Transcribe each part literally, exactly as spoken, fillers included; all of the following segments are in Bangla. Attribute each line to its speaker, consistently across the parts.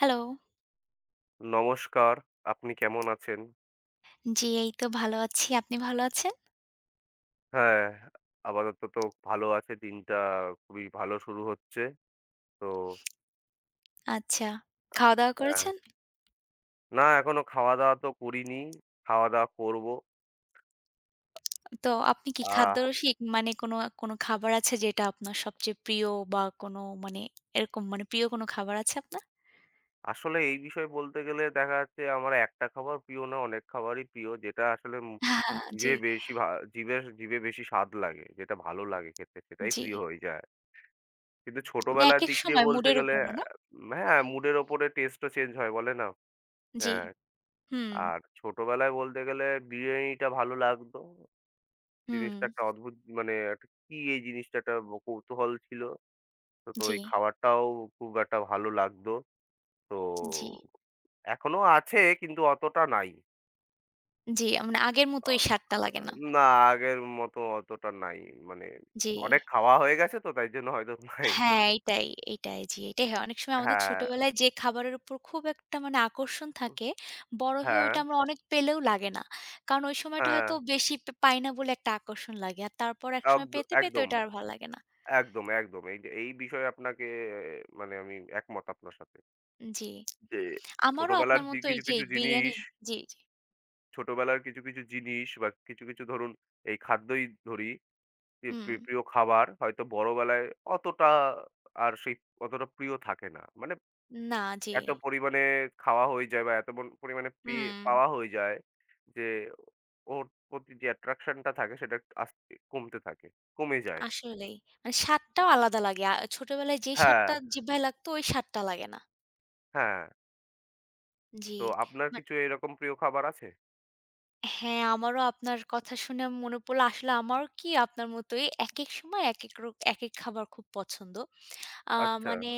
Speaker 1: হ্যালো।
Speaker 2: নমস্কার, আপনি কেমন আছেন?
Speaker 1: জি, এই তো ভালো আছি। আপনি ভালো আছেন?
Speaker 2: হ্যাঁ, আপাতত তো ভালো আছে। দিনটা খুবই ভালো শুরু হচ্ছে। তো
Speaker 1: আচ্ছা।
Speaker 2: আহ
Speaker 1: খাওয়া-দাওয়া
Speaker 2: হ্যাঁ,
Speaker 1: করেছেন?
Speaker 2: না এখনো খাওয়া-দাওয়া তো করিনি। খাওয়া-দাওয়া করবো।
Speaker 1: তো আপনি কি
Speaker 2: আহ
Speaker 1: খাদ্যরসিক? মানে কোনো কোনো খাবার আছে যেটা আপনার সবচেয়ে প্রিয় বা কোনো মানে এরকম মানে প্রিয় কোনো খাবার আছে আপনার?
Speaker 2: আসলে এই বিষয়ে বলতে গেলে দেখা যাচ্ছে আমার একটা খাবার প্রিয় না, অনেক খাবারই প্রিয়। যেটা আসলে উম
Speaker 1: হ্যাঁ, হ্যাঁ,
Speaker 2: জিভে
Speaker 1: জি,
Speaker 2: বেশি ভা জিভে জিভে বেশি স্বাদ লাগে, যেটা ভালো লাগে খেতে সেটাই
Speaker 1: জি।
Speaker 2: প্রিয় হয়ে যায়। কিন্তু
Speaker 1: মানে
Speaker 2: ছোটবেলার
Speaker 1: একেক
Speaker 2: দিক দিয়ে
Speaker 1: সময়
Speaker 2: বলতে
Speaker 1: মুডের
Speaker 2: গেলে
Speaker 1: উপরও না?
Speaker 2: অ্যা হ্যাঁ, মুডের ওপরে টেস্টও চেঞ্জ হয় বলে না?
Speaker 1: জি।
Speaker 2: হ্যাঁ।
Speaker 1: হুম,
Speaker 2: আর ছোটবেলায় বলতে গেলে বিরিয়ানিটা ভালো লাগতো।
Speaker 1: হুম।
Speaker 2: জিনিসটা একটা অদ্ভুত মানে একটা কি এই জিনিসটা একটা ব কৌতূহল ছিল। তো, তো
Speaker 1: জি,
Speaker 2: ওই খাবারটাও খুব একটা ভালো লাগতো। তো
Speaker 1: জি,
Speaker 2: এখনো আছে কিন্তু অতটা নাই।
Speaker 1: জি। মানে আগের মতো
Speaker 2: আ
Speaker 1: ওই স্বাদটা লাগে না।
Speaker 2: না আগের মতো অতটা নাই। মানে
Speaker 1: জি।
Speaker 2: অনেক খাওয়া হয়ে গেছে তো তাই জন্য হয়তো নাই।
Speaker 1: হ্যাঁ, এইটাই, এইটাই জি, এটাই হয়। অনেক সময় আমাদের
Speaker 2: হ্যাঁ,
Speaker 1: ছোটবেলায় যে খাবারের উপর খুব একটা মানে আকর্ষণ থাকে, বড় হয়ে
Speaker 2: হ্যাঁ,
Speaker 1: ওইটা আমরা অনেক পেলেও লাগে না। কারণ ওই সময়টা
Speaker 2: হ্যাঁ।
Speaker 1: হয়তো বেশি পে পাই না বলে একটা আকর্ষণ লাগে। আর তারপর একসময়
Speaker 2: একদ
Speaker 1: পেতে, পেতে
Speaker 2: একদম,
Speaker 1: ওইটা আর ভাল লাগে না।
Speaker 2: একদম, একদম। এই যে এই বিষয়ে আপনাকে আহ, মানে আমি একমত আপনার সাথে।
Speaker 1: জি।
Speaker 2: যে
Speaker 1: আমারও
Speaker 2: ছোটবেলার
Speaker 1: আপনার
Speaker 2: যে
Speaker 1: মতো এই
Speaker 2: কিছু,
Speaker 1: যে
Speaker 2: কিছু জিনিস,
Speaker 1: বিরিয়ানি জি, জি।
Speaker 2: ছোটবেলার কিছু, কিছু জিনিস বা কিছু, কিছু ধরুন এই খাদ্যই ধরি, যে
Speaker 1: হুম।
Speaker 2: প্রি প্রিয় খাবার হয়তো বড়বেলায় অতটা আর সেই অতটা প্রিয় থাকে না। মানে
Speaker 1: না, জি।
Speaker 2: এত পরিমাণে খাওয়া হয়ে যায় বা এত পন পরিমাণে পেয়ে
Speaker 1: হুম,
Speaker 2: পাওয়া হয়ে যায় যে ওর প্রতি যে attraction টা থাকে সেটা একটু আস্তে কমতে থাকে, কমে যায়।
Speaker 1: আসলেই। মানে স্বাদটাও আলাদা লাগে। আ ছোটবেলায় যে
Speaker 2: হ্যাঁ।
Speaker 1: স্বাদটা জিহ্বায় লাগতো ওই স্বাদটা লাগে না।
Speaker 2: হ্যাঁ,
Speaker 1: জি।
Speaker 2: তো আপনার কিছু এরকম প্রিয় খাবার আছে?
Speaker 1: হ্যাঁ, আমারও আপনার কথা শুনে মনে পড়ল আসলে আমারও কি আপনার মতোই একেক সময় একেক রক একেক খাবার খুব পছন্দ। আ
Speaker 2: আচ্ছা,
Speaker 1: মানে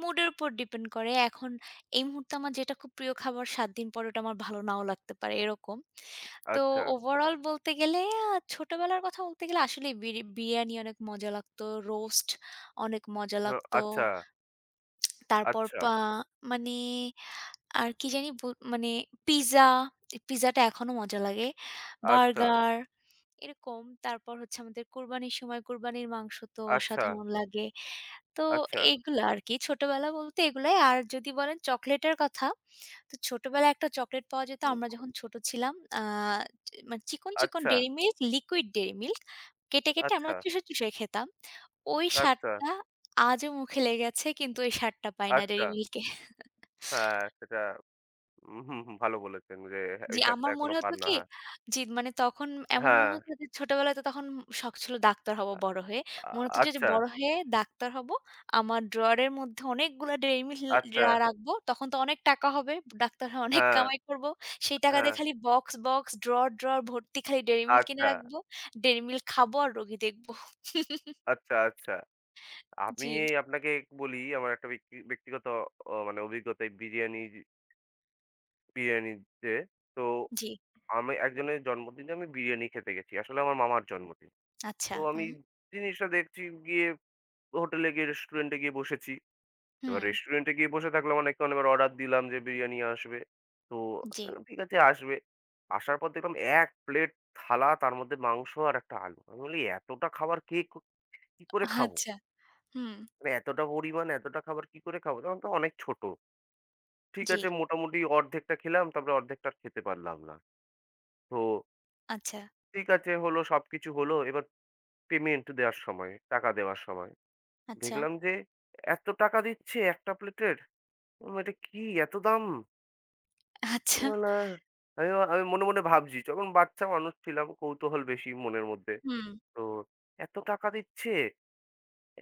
Speaker 1: মুডের উপর ডিপেন্ড করে। এখন এই মুহূর্তে আমার যেটা খুব প্রিয় খাবার সাত দিন পরে ওটা আমার ভালো নাও লাগতে পারে এরকম। তো
Speaker 2: আচ্ছা,
Speaker 1: ওভারঅল বলতে গেলে আ ছোটবেলার কথা বলতে গেলে আসলেই বিরি বিরিয়ানি অনেক মজা লাগতো, রোস্ট অনেক মজা
Speaker 2: হ
Speaker 1: লাগতো।
Speaker 2: আচ্ছা,
Speaker 1: তারপর
Speaker 2: আচ্ছা,
Speaker 1: পা মানে আর কি জানি বল মানে পিজ্জা, পিজ্জাটা এখনো মজা লাগে।
Speaker 2: আচ্ছা।
Speaker 1: বার্গার এরকম। তারপর হচ্ছে আমাদের কোরবানির সময় কোরবানির মাংস তো
Speaker 2: আচ্ছা,
Speaker 1: অসাধারণ লাগে। তো
Speaker 2: আচ্ছা।
Speaker 1: এগুলা আরকি ছোটবেলা বলতে এগুলাই। আর যদি বলেন চকোলেটের কথা, তো ছোটবেলায় একটা চকোলেট পাওয়া যেত
Speaker 2: উম,
Speaker 1: আমরা যখন ছোট ছিলাম। আ মানে চিকন, চিকন
Speaker 2: আচ্ছা,
Speaker 1: dairy milk, liquid dairy milk কেটে, কেটে
Speaker 2: আচ্ছা,
Speaker 1: আমরা চুষে, চুষে খেতাম। ওই
Speaker 2: আচ্ছা,
Speaker 1: স্বাদটা আজও মুখে লেগে আছে কিন্তু ওই স্বাদটা পাই না
Speaker 2: আচ্ছা।
Speaker 1: ডেইরি মিল্কে।
Speaker 2: হ্যাঁ, সেটা হুম, হুম, হুম, ভালো বলেছেন যে
Speaker 1: জি,
Speaker 2: এই স্বাদটা
Speaker 1: আমার
Speaker 2: এখনো
Speaker 1: মনে
Speaker 2: পান
Speaker 1: হতো
Speaker 2: না।
Speaker 1: কি
Speaker 2: হ্যাঁ,
Speaker 1: জি, মানে তখন এমন
Speaker 2: হ্যাঁ,
Speaker 1: মনে হতো যে ছোটবেলায় তো তখন শখ ছিল ডাক্তার হব বড় হয়ে।
Speaker 2: আ
Speaker 1: মনে হতো যে যে
Speaker 2: আচ্ছা,
Speaker 1: বড় হয়ে ডাক্তার হব। আমার ড্রয়ারের মধ্যে অনেকগুলা ডেইরি মিল্ক
Speaker 2: আচ্ছা,
Speaker 1: রা রাখবো। তখন তো অনেক টাকা হবে। ডাক্তার হয়ে অনেক
Speaker 2: হ্যাঁ,
Speaker 1: কামাই করব। সেই টাকা
Speaker 2: হ্যাঁ,
Speaker 1: দিয়ে খালি বক্স, বক্স, ড্রয়ার, ড্রয়ার ভর্তি খালি ডেইরি মিল্ক কিনে
Speaker 2: আচ্ছা,
Speaker 1: রাখবো। ডেইরি মিল্ক খাবো আর রোগী দেখবো।
Speaker 2: আচ্ছা, আচ্ছা। আমি
Speaker 1: জি,
Speaker 2: আপনাকে বলি আমার একটা ব্যক্তি ব্যক্তিগত অ মানে অভিজ্ঞতা এই বিরিয়ানি বিরিয়ানিতে। তো
Speaker 1: জি,
Speaker 2: আমি একজনের জন্মদিনে আমি বিরিয়ানি খেতে গেছি। আসলে আমার মামার জন্মদিন। তো
Speaker 1: আচ্ছা।
Speaker 2: আমি
Speaker 1: হুম,
Speaker 2: জিনিসটা দেখছি গিয়ে হোটেলে গিয়ে রেস্টুরেন্টে গিয়ে বসেছি। এবার
Speaker 1: হুম,
Speaker 2: রেস্টুরেন্টে গিয়ে বসে থাকলাম অনেকক্ষণ। এবার অর্ডার দিলাম যে বিরিয়ানি আসবে। তো
Speaker 1: জি।
Speaker 2: ঠিক আছে আসবে। আসার পর দেখলাম এক প্লেট থালা, তার মধ্যে মাংস আর একটা আলু। আমি বলি এতটা খাবার কে ক কি করে খাবো?
Speaker 1: আচ্ছা, হুম,
Speaker 2: মানে এতটা পরিমাণ এতটা খাবার কি করে খাবো? তখন তো অনেক ছোট। ঠিক
Speaker 1: জি,
Speaker 2: আছে, মোটামুটি অর্ধেকটা খেলাম তারপরে অর্ধেকটা আর খেতে পারলাম না। তো
Speaker 1: আচ্ছা,
Speaker 2: ঠিক আছে হলো, সবকিছু হলো। এবার পেমেন্ট দেওয়ার সময়, টাকা দেওয়ার সময়
Speaker 1: আচ্ছা,
Speaker 2: দেখলাম যে এত টাকা দিচ্ছে একটা প্লেটের। উম এটা কি এত দাম?
Speaker 1: আচ্ছা,
Speaker 2: না, আমিও আমি মনে, মনে ভাবছি। যখন বাচ্চা মানুষ ছিলাম, কৌতূহল বেশি মনের মধ্যে।
Speaker 1: হুম,
Speaker 2: তো এত টাকা দিচ্ছে,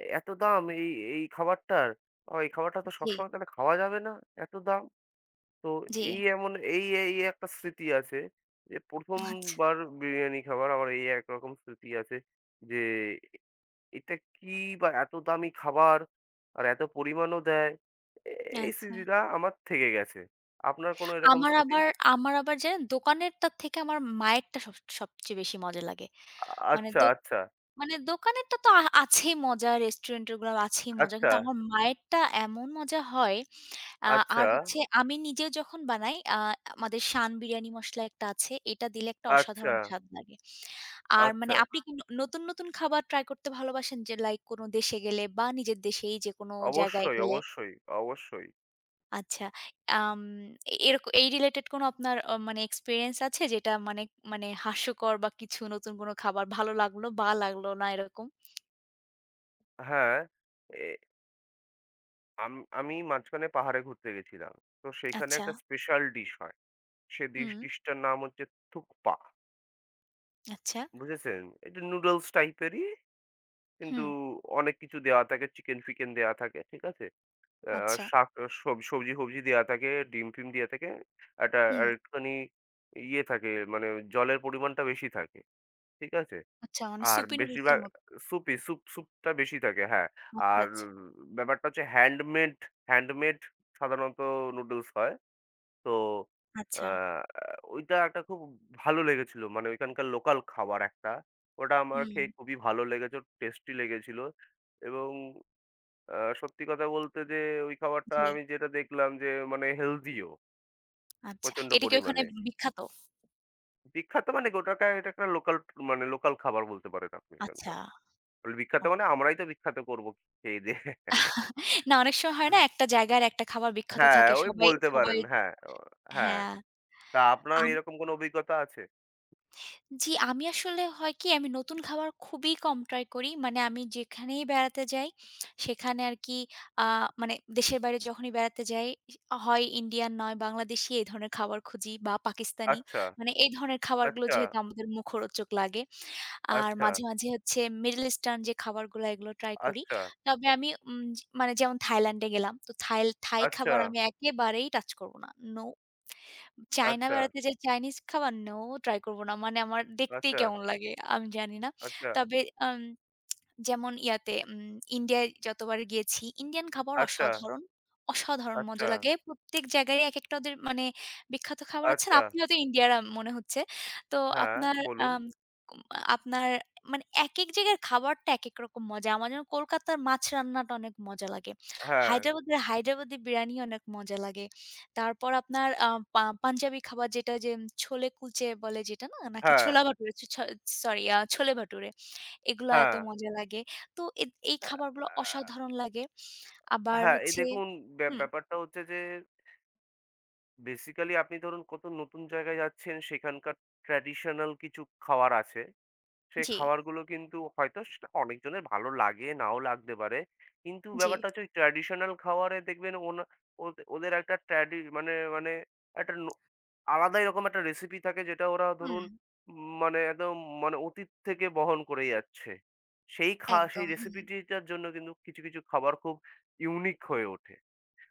Speaker 2: এ এত দাম এই, এই খাবারটার। আ এই খাবারটা তো
Speaker 1: জি,
Speaker 2: সবসময় তাহলে খাওয়া যাবে না, এত দাম। তো
Speaker 1: জি।
Speaker 2: এই এমন এই, এই একটা স্মৃতি আছে যে ১ম
Speaker 1: আচ্ছা,
Speaker 2: বার বিরিয়ানি খাবার আমার এই একরকম স্মৃতি আছে যে, এটা কি বা এত দামি খাবার আর এত পরিমাণও দেয়। এ এই
Speaker 1: আচ্ছা।
Speaker 2: স্মৃতিটা আমার থেকে গেছে। আপনার কোনো এরকম
Speaker 1: আমার
Speaker 2: স্মৃতি?
Speaker 1: আবার আমার আবার জানেন দোকানেরটার থেকে আমার মায়েরটা সব সবচেয়ে বেশি মজা লাগে।
Speaker 2: আ-
Speaker 1: মানে
Speaker 2: আচ্ছা,
Speaker 1: দো
Speaker 2: আচ্ছা।
Speaker 1: মানে দোকানেরটা তো আ আছেই মজা, রেস্টুরেন্টের গুলো আছেই মজা।
Speaker 2: আচ্ছা,
Speaker 1: কিন্তু আমার মায়েরটা এমন মজা হয়। আ
Speaker 2: আচ্ছা,
Speaker 1: আর হচ্ছে আমি নিজেও যখন বানাই আ আমাদের শান বিরিয়ানি মসলা একটা আছে। এটা দিলে একটা
Speaker 2: আচ্ছা,
Speaker 1: অসাধারণ স্বাদ লাগে। আর মানে
Speaker 2: আচ্ছা।
Speaker 1: আপনি কি ন নতুন, নতুন খাবার ট্রাই করতে ভালোবাসেন? যে লাইক কোন দেশে গেলে বা নিজের দেশেই যেকোনো জায়গায়
Speaker 2: অবশ্যই,
Speaker 1: গেলে?
Speaker 2: অবশ্যই, অবশ্যই।
Speaker 1: আচ্ছা। আম এ এরক এই রিলেটেড কোনো আপনার অ মানে এক্সপেরিয়েন্স আছে যেটা মানে মানে হাস্যকর বা কিছু নতুন কোনো খাবার ভালো লাগলো বা লাগলো না এরকম?
Speaker 2: হ্যাঁ, এ আম আমি মাঝখানে পাহাড়ে ঘুরতে গেছিলাম। তো সেইখানে
Speaker 1: আচ্ছা।
Speaker 2: একটা স্পেশাল ডিশ হয়। সে ডিশ
Speaker 1: হুম,
Speaker 2: ডিশটার নাম হচ্ছে থুকপা।
Speaker 1: আচ্ছা।
Speaker 2: বুঝেছেন? এটা নুডলস টাইপেরই কিন্তু
Speaker 1: হুম,
Speaker 2: অনেক কিছু দেওয়া থাকে। চিকেন-ফিকেন দেওয়া থাকে। ঠিক আছে? আ
Speaker 1: আচ্ছা।
Speaker 2: শাক সব সবজি-ফবজি দেওয়া থাকে, ডিম-টিম দেওয়া থাকে। একটা
Speaker 1: হুম,
Speaker 2: আর একটুখানি ইয়ে থাকে মানে জলের পরিমাণটা বেশি থাকে। ঠিক আছে?
Speaker 1: আচ্ছা মানে
Speaker 2: আর
Speaker 1: সুপি নুডলস এর
Speaker 2: বেশিরভাগ
Speaker 1: মতো।
Speaker 2: সুপি, সুপ সুপটা বেশি থাকে, হ্যাঁ।
Speaker 1: আচ্ছা,
Speaker 2: আর
Speaker 1: আচ্ছা,
Speaker 2: ব্যাপারটা হচ্ছে হ্যান্ডমেড, হ্যান্ডমেড সাধারণত নুডলস হয়। তো আ
Speaker 1: আচ্ছা।
Speaker 2: ওইটা একটা খুব ভালো লেগেছিল। মানে ওইখানকার লোকাল খাবার একটা। ওটা আমার
Speaker 1: হুম,
Speaker 2: খেয়ে খুবই ভালো লেগেছে, টেস্টি লেগেছিল এবং আ সত্যি কথা বলতে যে ওই খাবারটা
Speaker 1: জি।
Speaker 2: আমি যেটা দেখলাম যে মানে হেলথিও
Speaker 1: আচ্ছা।
Speaker 2: প্রচন্ড
Speaker 1: এটা কি ওখানে
Speaker 2: পরিমাণে।
Speaker 1: বিখ্যাত?
Speaker 2: বিখ্যাত মানে ওটাকে এটা একটা লোকাল মানে লোকাল খাবার বলতে পারেন আপনি
Speaker 1: আচ্ছা,
Speaker 2: এখানকার। বলে, বিখ্যাত মানে
Speaker 1: ওকে।
Speaker 2: আমরাই তো বিখ্যাত করবো খেয়ে দেয়ে।
Speaker 1: না অনেক সময় হয় না একটা জায়গার একটা খাবার বিখ্যাত
Speaker 2: হ্যাঁ,
Speaker 1: থাকে।
Speaker 2: ওই
Speaker 1: সবাই
Speaker 2: বলতে
Speaker 1: সবাই
Speaker 2: পারেন। হ্যাঁ, অ হ্যাঁ।
Speaker 1: হ্যাঁ।
Speaker 2: তা আপনার
Speaker 1: আম
Speaker 2: এরকম কোনো অভিজ্ঞতা আছে?
Speaker 1: জি, আমি আসলে হয় কি আমি নতুন খাবার খুবই কম ট্রাই করি। মানে আমি যেখানেই বেড়াতে যাই সেখানে আরকি আ মানে দেশের বাইরে যখনই বেড়াতে যাই হয় ইন্ডিয়ান নয় বাংলাদেশী এই ধরনের খাবার খুঁজি বা পাকিস্তানি।
Speaker 2: আচ্ছা,
Speaker 1: মানে এই ধরনের খাবারগুলো
Speaker 2: আচ্ছা,
Speaker 1: যেহেতু আমাদের মুখরোচক লাগে। আর
Speaker 2: আচ্ছা,
Speaker 1: মাঝে, মাঝে হচ্ছে মিডল ইস্টার্ন যে খাবারগুলো এগুলো ট্রাই করি।
Speaker 2: আচ্ছা,
Speaker 1: তবে আমি উম জ- মানে যেমন থাইল্যান্ডে গেলাম। তো থাইল থাই
Speaker 2: আচ্ছা,
Speaker 1: খাবার আমি একেবারেই টাচ করব না। নো চায়না বেড়াতে যাই, চাইনিজ খাবার no ট্রাই করব না। মানে আমার
Speaker 2: আচ্ছা,
Speaker 1: দেখতেই
Speaker 2: আচ্ছা,
Speaker 1: কেমন লাগে আমি জানি না।
Speaker 2: আচ্ছা,
Speaker 1: তবে আম যেমন ইয়াতে উম ইন্ডিয়ায় যতবার গিয়েছি, ইন্ডিয়ান খাবার
Speaker 2: আচ্ছা,
Speaker 1: অসাধারণ, অসাধারণ
Speaker 2: আচ্ছা,
Speaker 1: মজা লাগে। প্রত্যেক জায়গায় একেকটা ওদের মানে বিখ্যাত খাবার আছে না?
Speaker 2: আচ্ছা।
Speaker 1: আপনি হয়তো ইন্ডিয়ার আ মনে হচ্ছে। তো
Speaker 2: হ্যাঁ,
Speaker 1: আপনার
Speaker 2: বলুন।
Speaker 1: আম কুম আপনার মানে একেক জায়গার খাবারটা একেক রকম মজা। আমার যেমন কলকাতার মাছ রান্নাটা অনেক মজা লাগে।
Speaker 2: হ্যাঁ,
Speaker 1: হায়দ্রাবাদের হায়দ্রাবাদি বিরিয়ানি অনেক মজা লাগে। তারপর আপনার আ পা পাঞ্জাবি খাবার যেটা যে, উম, ছোলে কুলচে বলে যেটা না? নাকি
Speaker 2: হ্যাঁ,
Speaker 1: ছোলা ভাটুরে ছ ছ সরি আ ছোলে ভাটুরে। এগুলা এত
Speaker 2: হ্যাঁ।
Speaker 1: মজা লাগে। তো এ এই
Speaker 2: আ
Speaker 1: খাবারগুলো
Speaker 2: আ
Speaker 1: অসাধারণ লাগে। আবার
Speaker 2: হ্যাঁ, এই
Speaker 1: হচ্ছে
Speaker 2: দেখুন ব্যা
Speaker 1: হুম,
Speaker 2: ব্যাপারটা হচ্ছে যে বেসিক্যালি আপনি ধরুন কত নতুন জায়গায় যাচ্ছেন সেখানকার ট্র্যাডিশনাল কিছু খাওয়ার আছে। সেই
Speaker 1: জি,
Speaker 2: খাবারগুলো কিন্তু হয়তো সেটা অনেকজনের ভালো লাগে, নাও লাগতে পারে। কিন্তু
Speaker 1: জি,
Speaker 2: ব্যাপারটা হচ্ছে ওই ট্র্যাডিশনাল খাবারে দেখবেন ওনা ওদে ওদের একটা ট্র্যাডি মানে মানে একটা ন আলাদাই রকম একটা রেসিপি থাকে যেটা ওরা
Speaker 1: হুম,
Speaker 2: ধরুন উম মানে একদম মানে অতীত থেকে বহন করে যাচ্ছে। সেই খা সেই
Speaker 1: একদম, হুম,
Speaker 2: রেসিপিটিটার জন্য কিন্তু কিছু, কিছু খাবার খুব ইউনিক হয়ে ওঠে।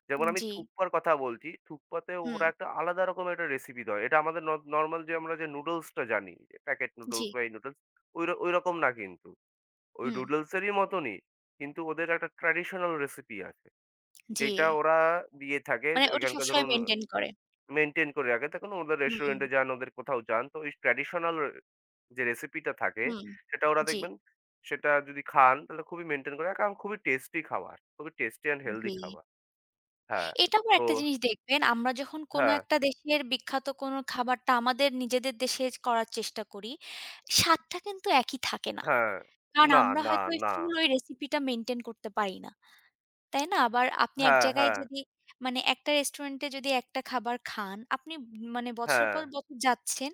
Speaker 2: যেমন আমি
Speaker 1: জি,
Speaker 2: থুকপার কথা বলছি, থুকপাতে
Speaker 1: হুম,
Speaker 2: ওরা একটা আলাদা রকমের একটা রেসিপি দেয়। এটা আমাদের ন নরমাল যে আমরা যে নুডলসটা জানি, প্যাকেট
Speaker 1: জি,
Speaker 2: নুডলস বা এই নুডলস ওই র ওইরকম না কিন্তু। ওই
Speaker 1: হুম,
Speaker 2: নুডলসেরই মতনই। কিন্তু ওদের একটা ট্র্যাডিশনাল রেসিপি আছে।
Speaker 1: জি।
Speaker 2: যেটা ওরা দিয়ে থাকে
Speaker 1: মানে ওটা
Speaker 2: ওইখানকার
Speaker 1: সবসময়
Speaker 2: ধরুন
Speaker 1: মেইনটেইন করে।
Speaker 2: মেইনটেইন করে রাখে। তখন ওদের
Speaker 1: হুম,
Speaker 2: রেস্টুরেন্টে যান, ওদের কোথাও যান তো ওই ট্র্যাডিশনাল যে রেসিপিটা থাকে
Speaker 1: হুম,
Speaker 2: সেটা ওরা
Speaker 1: জি,
Speaker 2: দেখবেন সেটা যদি খান তাহলে খুবই মেইনটেইন করে রাখে। কারণ খুবই টেস্টি খাবার। খুবই টেস্টি অ্যান্ড হেলথি
Speaker 1: জি।
Speaker 2: খাবার। হ্যাঁ।
Speaker 1: এটা আবার
Speaker 2: তো
Speaker 1: একটা জিনিস দেখবেন, আমরা যখন কোনো
Speaker 2: হ্যাঁ।
Speaker 1: একটা দেশের বিখ্যাত কোনো খাবারটা আমাদের নিজেদের দেশে করার চেষ্টা করি, স্বাদটা কিন্তু একই থাকে না।
Speaker 2: হ্যাঁ।
Speaker 1: কারণ
Speaker 2: না,
Speaker 1: আমরা
Speaker 2: না,
Speaker 1: হয়তো ওই
Speaker 2: না।
Speaker 1: ফুল ওই রেসিপিটা মেইনটেইন করতে পারি না। তাই না? আবার আপনি এক
Speaker 2: হ্যাঁ,
Speaker 1: জায়গায়
Speaker 2: হ্যাঁ,
Speaker 1: যদি মানে একটা রেস্টুরেন্টে যদি একটা খাবার খান, আপনি মানে বছর
Speaker 2: হ্যাঁ,
Speaker 1: পর বছর যাচ্ছেন,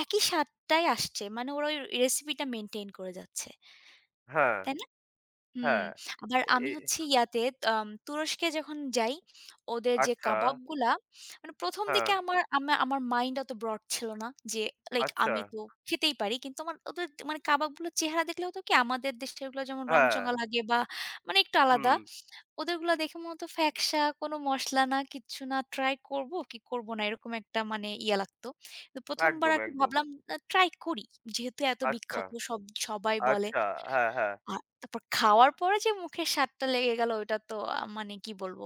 Speaker 1: একই স্বাদটাই আসছে। মানে ওরা ওই রেসিপিটা মেইনটেইন করে যাচ্ছে।
Speaker 2: হ্যাঁ,
Speaker 1: তাই না? হুম।
Speaker 2: হ্যাঁ।
Speaker 1: আবার
Speaker 2: এ
Speaker 1: আমি হচ্ছে ইয়াতে আম তুরস্কে যখন যাই, ওদের যে
Speaker 2: আচ্ছা,
Speaker 1: কাবাবগুলা মানে প্রথম
Speaker 2: হ্যাঁ,
Speaker 1: দিকে আমার আমা আমার মাইন্ড অত ব্রড ছিল না যে লাইক
Speaker 2: আচ্ছা,
Speaker 1: আমি তো খেতেই পারি। কিন্তু আমার ওদের মানে কাবাবগুলোর চেহারা দেখলে হতো কি আমাদের দেশেরগুলো যেমন
Speaker 2: হ্যাঁ,
Speaker 1: রংচঙা লাগে বা মানে একটু
Speaker 2: হুম।
Speaker 1: আলাদা। ওদেরগুলা দেখে মনে হতো ফ্যাকসা, কোনো মসলা না, কিচ্ছু না। ট্রাই করব কি করব না, এরকম একটা মানে ইয়া লাগতো। তো প্রথম বার
Speaker 2: একদম,
Speaker 1: আরকি
Speaker 2: একদম।
Speaker 1: ভাবলাম আ ট্রাই করি। যেহেতু এত
Speaker 2: আচ্ছা,
Speaker 1: বিখ্যাত সব সবাই বলে।
Speaker 2: আচ্ছা, হ্যাঁ, হ্যাঁ,
Speaker 1: আর তারপর খাওয়ার পরে যে মুখের স্বাদটা লেগে গেল ওইটা তো আ মানে কি বলব?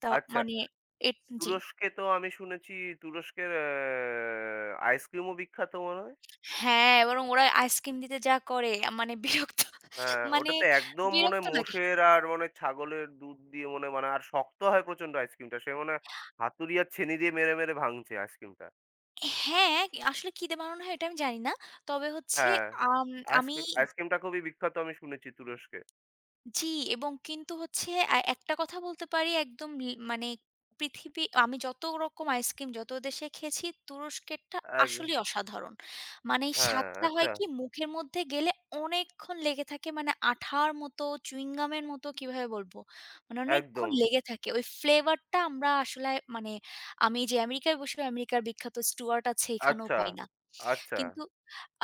Speaker 1: তা
Speaker 2: আচ্ছা।
Speaker 1: মানে এট জি।
Speaker 2: তুরস্কে তো আমি শুনেছি তুরস্কের অ্যা আইসক্রিমও বিখ্যাত মনে হয়।
Speaker 1: হ্যাঁ, বরং ওরা আইসক্রিম দিতে যা করে আ মানে বিরক্ত
Speaker 2: হ্যাঁ,
Speaker 1: মানে
Speaker 2: ওটাতে একদম মনে
Speaker 1: বিরক্ত
Speaker 2: হয়
Speaker 1: লাগে।
Speaker 2: মোষের আর মনে হয় ছাগলের দুধ দিয়ে মনে হয় বানায় আর শক্ত হয় প্রচণ্ড আইসক্রিমটা। সে মনে হয় হাতুড়ি আর ছেনি দিয়ে মেরে, মেরে ভাঙছে আইসক্রিমটা।
Speaker 1: হ্যাঁ, আসলে কি দিয়ে বানানো হয় এটা আমি জানি না। তবে হচ্ছে
Speaker 2: হ্যাঁ,
Speaker 1: আম আমি
Speaker 2: আইসক্রি আইসক্রিমটা খুবই বিখ্যাত আমি শুনেছি তুরস্কে।
Speaker 1: জি, এবং কিন্তু হচ্ছে আ একটা কথা বলতে পারি একদম লি মানে পৃথিবী আমি যত রকম আইসক্রিম যত দেশে খেয়েছি, তুরস্কেরটা
Speaker 2: একদম
Speaker 1: আসলেই অসাধারণ। মানে এই
Speaker 2: হ্যাঁ,
Speaker 1: স্বাদটা
Speaker 2: আচ্ছা,
Speaker 1: হয় কি মুখের মধ্যে গেলে অনেকক্ষণ লেগে থাকে মানে আঠার মতো চুইং গামের মতো কিভাবে বলব? মানে অনেকক্ষণ
Speaker 2: একদম।
Speaker 1: লেগে থাকে। ওই ফ্লেভারটা আমরা আসলে মানে আমি যে আমেরিকায় বসে আমেরিকার বিখ্যাত স্টুয়ার্ট আছে এখানেও
Speaker 2: আচ্ছা,
Speaker 1: পাই না।
Speaker 2: আচ্ছা,
Speaker 1: কিন্তু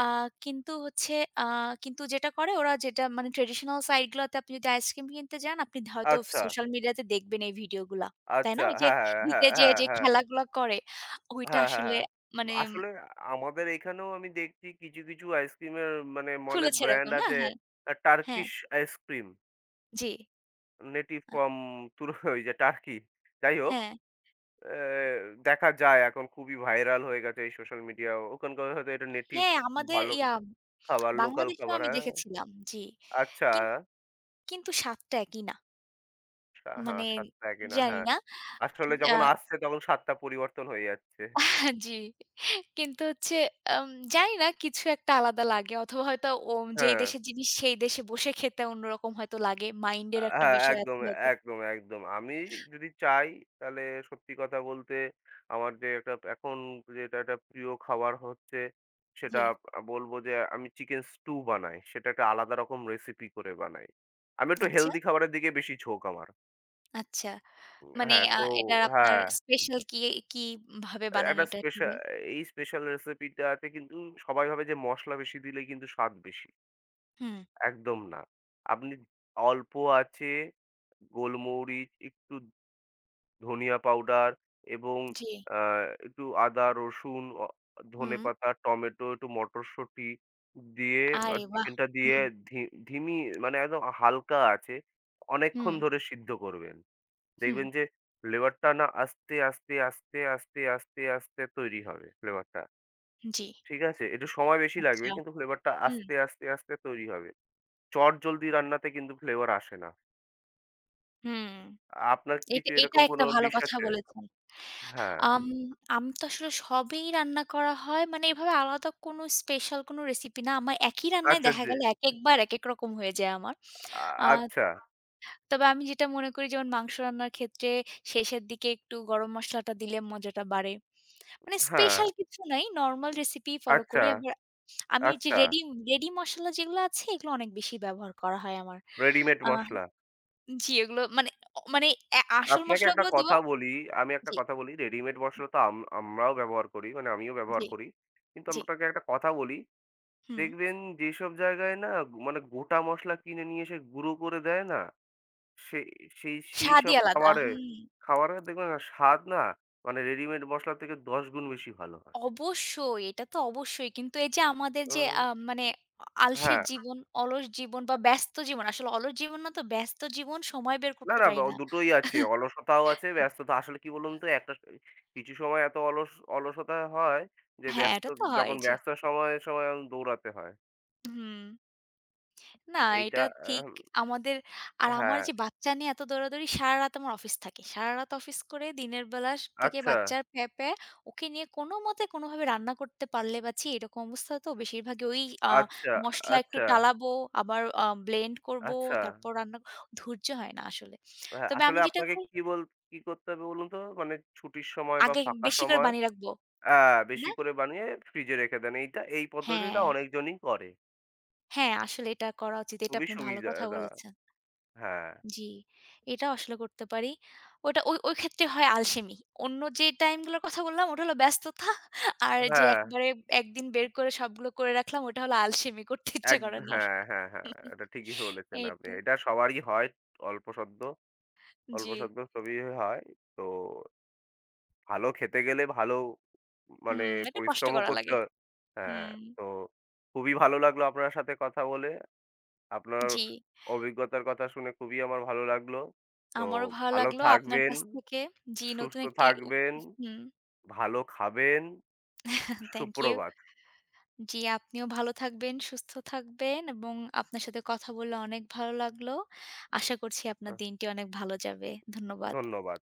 Speaker 1: আ কিন্তু হচ্ছে আ কিন্তু যেটা করে ওরা যেটা মানে ট্রেডিশনাল সাইট গুলাতে আপনি যদি আইসক্রিম কিনতে যান, আপনি হয়তো
Speaker 2: আচ্ছা,
Speaker 1: সোশ্যাল মিডিয়াতে দেখবেন এই ভিডিওগুলা। তাই না?
Speaker 2: আচ্ছা।
Speaker 1: ওই যে
Speaker 2: হ্যাঁ, হ্যাঁ, হ্যাঁ,
Speaker 1: দিতে যেয়ে
Speaker 2: হ্যাঁ,
Speaker 1: যে
Speaker 2: হ্যাঁ,
Speaker 1: খেলাগুলা করে, ওইটা
Speaker 2: হ্যাঁ, হ্যাঁ।
Speaker 1: আসলে
Speaker 2: হ্যাঁ।
Speaker 1: মানে
Speaker 2: আসলে আমাদের এখানেও আমি দেখছি কিছু, কিছু আইসক্রিমের মানে মলে
Speaker 1: খুলেছে
Speaker 2: ব্র্যান্ড
Speaker 1: এরকম না?
Speaker 2: আছে
Speaker 1: হ্যাঁ,
Speaker 2: আ
Speaker 1: হ্যাঁ,
Speaker 2: টার্কিশ আইসক্রিম।
Speaker 1: জি।
Speaker 2: নেটিভ
Speaker 1: আ
Speaker 2: ফ্রম তুর ওই যে টার্কি। যাই হোক,
Speaker 1: হ্যাঁ,
Speaker 2: এ দেখা যায় এখন খুবই ভাইরাল হয়ে গেছে এই সোশ্যাল মিডিয়া। ওখানকার হয়তো এটা নেটিভ
Speaker 1: হ্যাঁ, আমাদের
Speaker 2: ভালো
Speaker 1: ইয়া
Speaker 2: খাবার, লোকাল
Speaker 1: বাংলাদেশেও
Speaker 2: খাবার।
Speaker 1: আমি
Speaker 2: হ্যাঁ।
Speaker 1: দেখেছিলাম। জি।
Speaker 2: আচ্ছা।
Speaker 1: কিন কিন্তু স্বাদটা একই না।
Speaker 2: সা হ্যাঁ,
Speaker 1: মানে
Speaker 2: সাত টা একই না,
Speaker 1: জানি
Speaker 2: হ্যাঁ।
Speaker 1: না।
Speaker 2: আসলে
Speaker 1: আ
Speaker 2: যখন আসছে তখন সাত টা পরিবর্তন হয়ে যাচ্ছে।
Speaker 1: জি। কিন্তু হচ্ছে আম জানি না কিছু একটা আলাদা লাগে অথবা হয়তো ওম যেই
Speaker 2: হ্যাঁ,
Speaker 1: দেশের জিনিস সেই দেশে বসে খেতে অন্যরকম হয়তো লাগে।
Speaker 2: আ
Speaker 1: মাইন্ডের একটা
Speaker 2: হ্যাঁ,
Speaker 1: বিষয় আছে
Speaker 2: একদম,
Speaker 1: হয়তো।
Speaker 2: একদম, একদম। আমি যদি চাই তাহলে সত্যি কথা বলতে আমার যে একটা এখন যেটা একটা প্রিয় খাবার হচ্ছে সেটা
Speaker 1: জি।
Speaker 2: আ বলব যে আমি চিকেন স্টু বানাই। সেটা একটা আলাদা রকম রেসিপি করে বানাই। আমি একটু
Speaker 1: আচ্ছা,
Speaker 2: হেলথি খাবারের দিকে বেশি ঝোঁক আমার।
Speaker 1: আচ্ছা।
Speaker 2: উম,
Speaker 1: মানে
Speaker 2: হ্যাঁ,
Speaker 1: আ
Speaker 2: তো
Speaker 1: এটার আপনার
Speaker 2: হ্যাঁ।
Speaker 1: স্পেশাল কি কি ভাবে বানান
Speaker 2: একটা
Speaker 1: এটা একটু
Speaker 2: স্পেশা
Speaker 1: যে
Speaker 2: এই স্পেশাল রেসিপিটাতে কিন্তু সবাই ভাবে যে মসলা বেশি দিলে কিন্তু স্বাদ বেশি।
Speaker 1: হুম,
Speaker 2: একদম না। আপনি অল্প আঁচে গোলমরিচ, একটু ধনিয়া পাউডার এবং
Speaker 1: জি।
Speaker 2: আ একটু আদা, রসুন, অ
Speaker 1: হুম।
Speaker 2: ধনেপাতা, টমেটো, একটু মটরশুঁটি দিয়ে আর
Speaker 1: আরে বাহ!
Speaker 2: চিকেনটা দিয়ে
Speaker 1: হুম,
Speaker 2: ধি ধিমি মানে একদম হালকা আঁচে অনেকক্ষণ
Speaker 1: হুম,
Speaker 2: ধরে সিদ্ধ করবেন।
Speaker 1: হুম।
Speaker 2: দেখবেন যে ফ্লেভারটা না আস্তে, আস্তে, আস্তে, আস্তে, আস্তে, আস্তে তৈরি হবে ফ্লেভারটা।
Speaker 1: জি।
Speaker 2: ঠিক আছে? একটু সময় বেশি লাগবে
Speaker 1: আচ্ছা।
Speaker 2: কিন্তু ফ্লেভারটা
Speaker 1: হুম,
Speaker 2: আস্তে, আস্তে, আস্তে তৈরি হবে। চটজলদি রান্নাতে কিন্তু ফ্লেভার আসে না।
Speaker 1: হুম।
Speaker 2: আপনার কিছু
Speaker 1: এটা এটা
Speaker 2: এরকম কোনো
Speaker 1: একটা ভালো
Speaker 2: ডিশ
Speaker 1: কথা
Speaker 2: আছে?
Speaker 1: বলেছেন।
Speaker 2: হ্যাঁ।
Speaker 1: আম আমি তো আসলে সবই রান্না করা হয়। মানে এভাবে আলাদা কোনো স্পেশাল কোনো রেসিপি না। আমার একই রান্নায়
Speaker 2: আচ্ছা
Speaker 1: দেখা
Speaker 2: যে
Speaker 1: গেল একেকবার একেক রকম হয়ে যায় আমার।
Speaker 2: আ
Speaker 1: আ
Speaker 2: আচ্ছা।
Speaker 1: তবে আমি যেটা মনে করি যেমন মাংস রান্নার ক্ষেত্রে শেষের দিকে একটু গরম মসলাটা দিলে মজাটা বাড়ে। মানে
Speaker 2: হ্যাঁ,
Speaker 1: স্পেশাল কিছু নাই। নরমাল রেসিপি ফলো
Speaker 2: আচ্ছা,
Speaker 1: করি। আবার আমি যে
Speaker 2: আচ্ছা।
Speaker 1: রেডি রেডি মসলা যেগুলো আছে এগুলো অনেক বেশি ব্যবহার করা হয় আমার।
Speaker 2: রেডিমেড
Speaker 1: আ
Speaker 2: মসলা।
Speaker 1: জি, এগুলো মানে অ মানে এ আসল
Speaker 2: আপনাকে একটা
Speaker 1: মসলাগুলো দিব
Speaker 2: কথা বলি, আমি একটা
Speaker 1: জি,
Speaker 2: কথা বলি। রেডিমেড মসলা তো আম আমরাও ব্যবহার করি, মানে আমিও ব্যবহার
Speaker 1: জি,
Speaker 2: করি। কিন্তু
Speaker 1: জি।
Speaker 2: আপনাকে একটা কথা বলি,
Speaker 1: হুম।
Speaker 2: দেখবেন যেসব জায়গায় না মানে গোটা মসলা কিনে নিয়ে এসে গুঁড়ো করে দেয় না? সেই সেই
Speaker 1: স্বাদই
Speaker 2: সেইসব
Speaker 1: আলাদা।
Speaker 2: খাবারে,
Speaker 1: হুম।
Speaker 2: খাবারের দেখবেন না স্বাদ না মানে রেডিমেড মসলার থেকে দশ গুণ বেশি ভালো হয়।
Speaker 1: অবশ্যই, এটা তো অবশ্যই। কিন্তু এই যে আমাদের যে
Speaker 2: হুম।
Speaker 1: আ মানে আলসের
Speaker 2: হ্যাঁ।
Speaker 1: জীবন, অলস জীবন বা ব্যস্ত জীবন, আসলে অলস জীবন না তো ব্যস্ত জীবন সময় বের
Speaker 2: না,
Speaker 1: করতে
Speaker 2: না, বা
Speaker 1: পারি না।
Speaker 2: দুটোই আছে। অলসতাও আছে, ব্যস্ততা। আসলে কি বলুন তো একটা স কিছু সময় এত অলস অলসতা হয় যে
Speaker 1: হ্যাঁ,
Speaker 2: ব্যস্ত
Speaker 1: এটা তো হয়।
Speaker 2: যখন
Speaker 1: জি।
Speaker 2: ব্যস্ত সময়ে, সময়ে দৌড়াতে হয়।
Speaker 1: হুম। না,
Speaker 2: এইটা
Speaker 1: এটা ঠিক।
Speaker 2: আম
Speaker 1: আমাদের আর আমার
Speaker 2: হ্যাঁ।
Speaker 1: যে বাচ্চা নিয়ে এত দৌড়াদৌড়ি, সারারাত আমার অফিস থাকে। সারারাত অফিস করে দিনের বেলা স থেকে
Speaker 2: আচ্ছা,
Speaker 1: বাচ্চার প্যাঁ, প্যাঁ, ওকে নিয়ে কোনোমতে কোনোভাবে রান্না করতে পারলে বা ছি এরকম অবস্থা তো বেশিরভাগই ওই আ
Speaker 2: আচ্ছা,
Speaker 1: মসলা একটু
Speaker 2: আচ্ছা,
Speaker 1: টালাবো, আবার আ ব্লেন্ড করবো,
Speaker 2: আচ্ছা।
Speaker 1: তারপর রান্না ক- ধৈর্য হয় না আসলে।
Speaker 2: হ্যাঁ,
Speaker 1: তবে
Speaker 2: আসলে
Speaker 1: আমি যেটা
Speaker 2: আপনাকে
Speaker 1: করি
Speaker 2: কি বল কি করতে হবে বলুন তো? মানে ছুটির সময় বা
Speaker 1: আগে
Speaker 2: ফাঁকা
Speaker 1: বেশি করে
Speaker 2: সময়
Speaker 1: বানিয়ে রাখবো,
Speaker 2: আ
Speaker 1: তাই
Speaker 2: বেশি
Speaker 1: না?
Speaker 2: করে বানিয়ে ফ্রিজে রেখে দেন। এইটা এই পদ্ধতিটা
Speaker 1: হ্যাঁ,
Speaker 2: অনেকজনই করে।
Speaker 1: হ্যাঁ, আসলে এটা করা উচিত। এটা
Speaker 2: খুবই
Speaker 1: আপনি ভালো
Speaker 2: সুবিধা
Speaker 1: কথা বলেছেন।
Speaker 2: হ্যাঁ,
Speaker 1: জি, এটাও আসলে করতে পারি। ওটা ওই ওই ক্ষেত্রে হয় আলসেমি। অন্য যে টাইমগুলোর কথা বললাম ওটা হলো ব্যস্ততা। আর যে
Speaker 2: হ্যাঁ,
Speaker 1: একবারে এক দিন বের করে সবগুলো করে রাখলাম ওটা হলো আলসেমি, করতে ইচ্ছে
Speaker 2: এক
Speaker 1: করে না আর।
Speaker 2: হ্যাঁ, হ্যাঁ, হ্যাঁ। এটা ঠিকই বলেছেন আপনি।
Speaker 1: এইটাই।
Speaker 2: এটা সবারই হয় অল্পসদ্য,
Speaker 1: জি।
Speaker 2: অল্পসদ্য সবই হয়। তো ভালো খেতে গেলে ভালো মানে
Speaker 1: হুম, এটা কষ্ট
Speaker 2: পরিশ্রমও
Speaker 1: করা
Speaker 2: করতে
Speaker 1: লাগে।
Speaker 2: হয় হ্যাঁ,
Speaker 1: হুম,
Speaker 2: তো খুবই ভালো লাগলো আপনার সাথে কথা বলে। আপনার
Speaker 1: জি।
Speaker 2: অভিজ্ঞতার কথা শুনে খুবই আমার ভালো লাগলো। তো
Speaker 1: আমারও ভালো
Speaker 2: ভালো
Speaker 1: লাগলো আপনার
Speaker 2: থাকবেন,
Speaker 1: কাছ থেকে জি, নতুন
Speaker 2: সুস্থ
Speaker 1: একটি উপ
Speaker 2: থাকবেন।
Speaker 1: হুম,
Speaker 2: ভালো খাবেন।
Speaker 1: Thank you.
Speaker 2: সুপ্রভাত।
Speaker 1: জি, আপনিও ভালো থাকবেন, সুস্থ থাকবেন এবং আপনার সাথে কথা বলে অনেক ভালো লাগলো। আশা করছি
Speaker 2: আ
Speaker 1: আপনার দিনটি অনেক ভালো যাবে। ধন্যবাদ।
Speaker 2: ধন্যবাদ।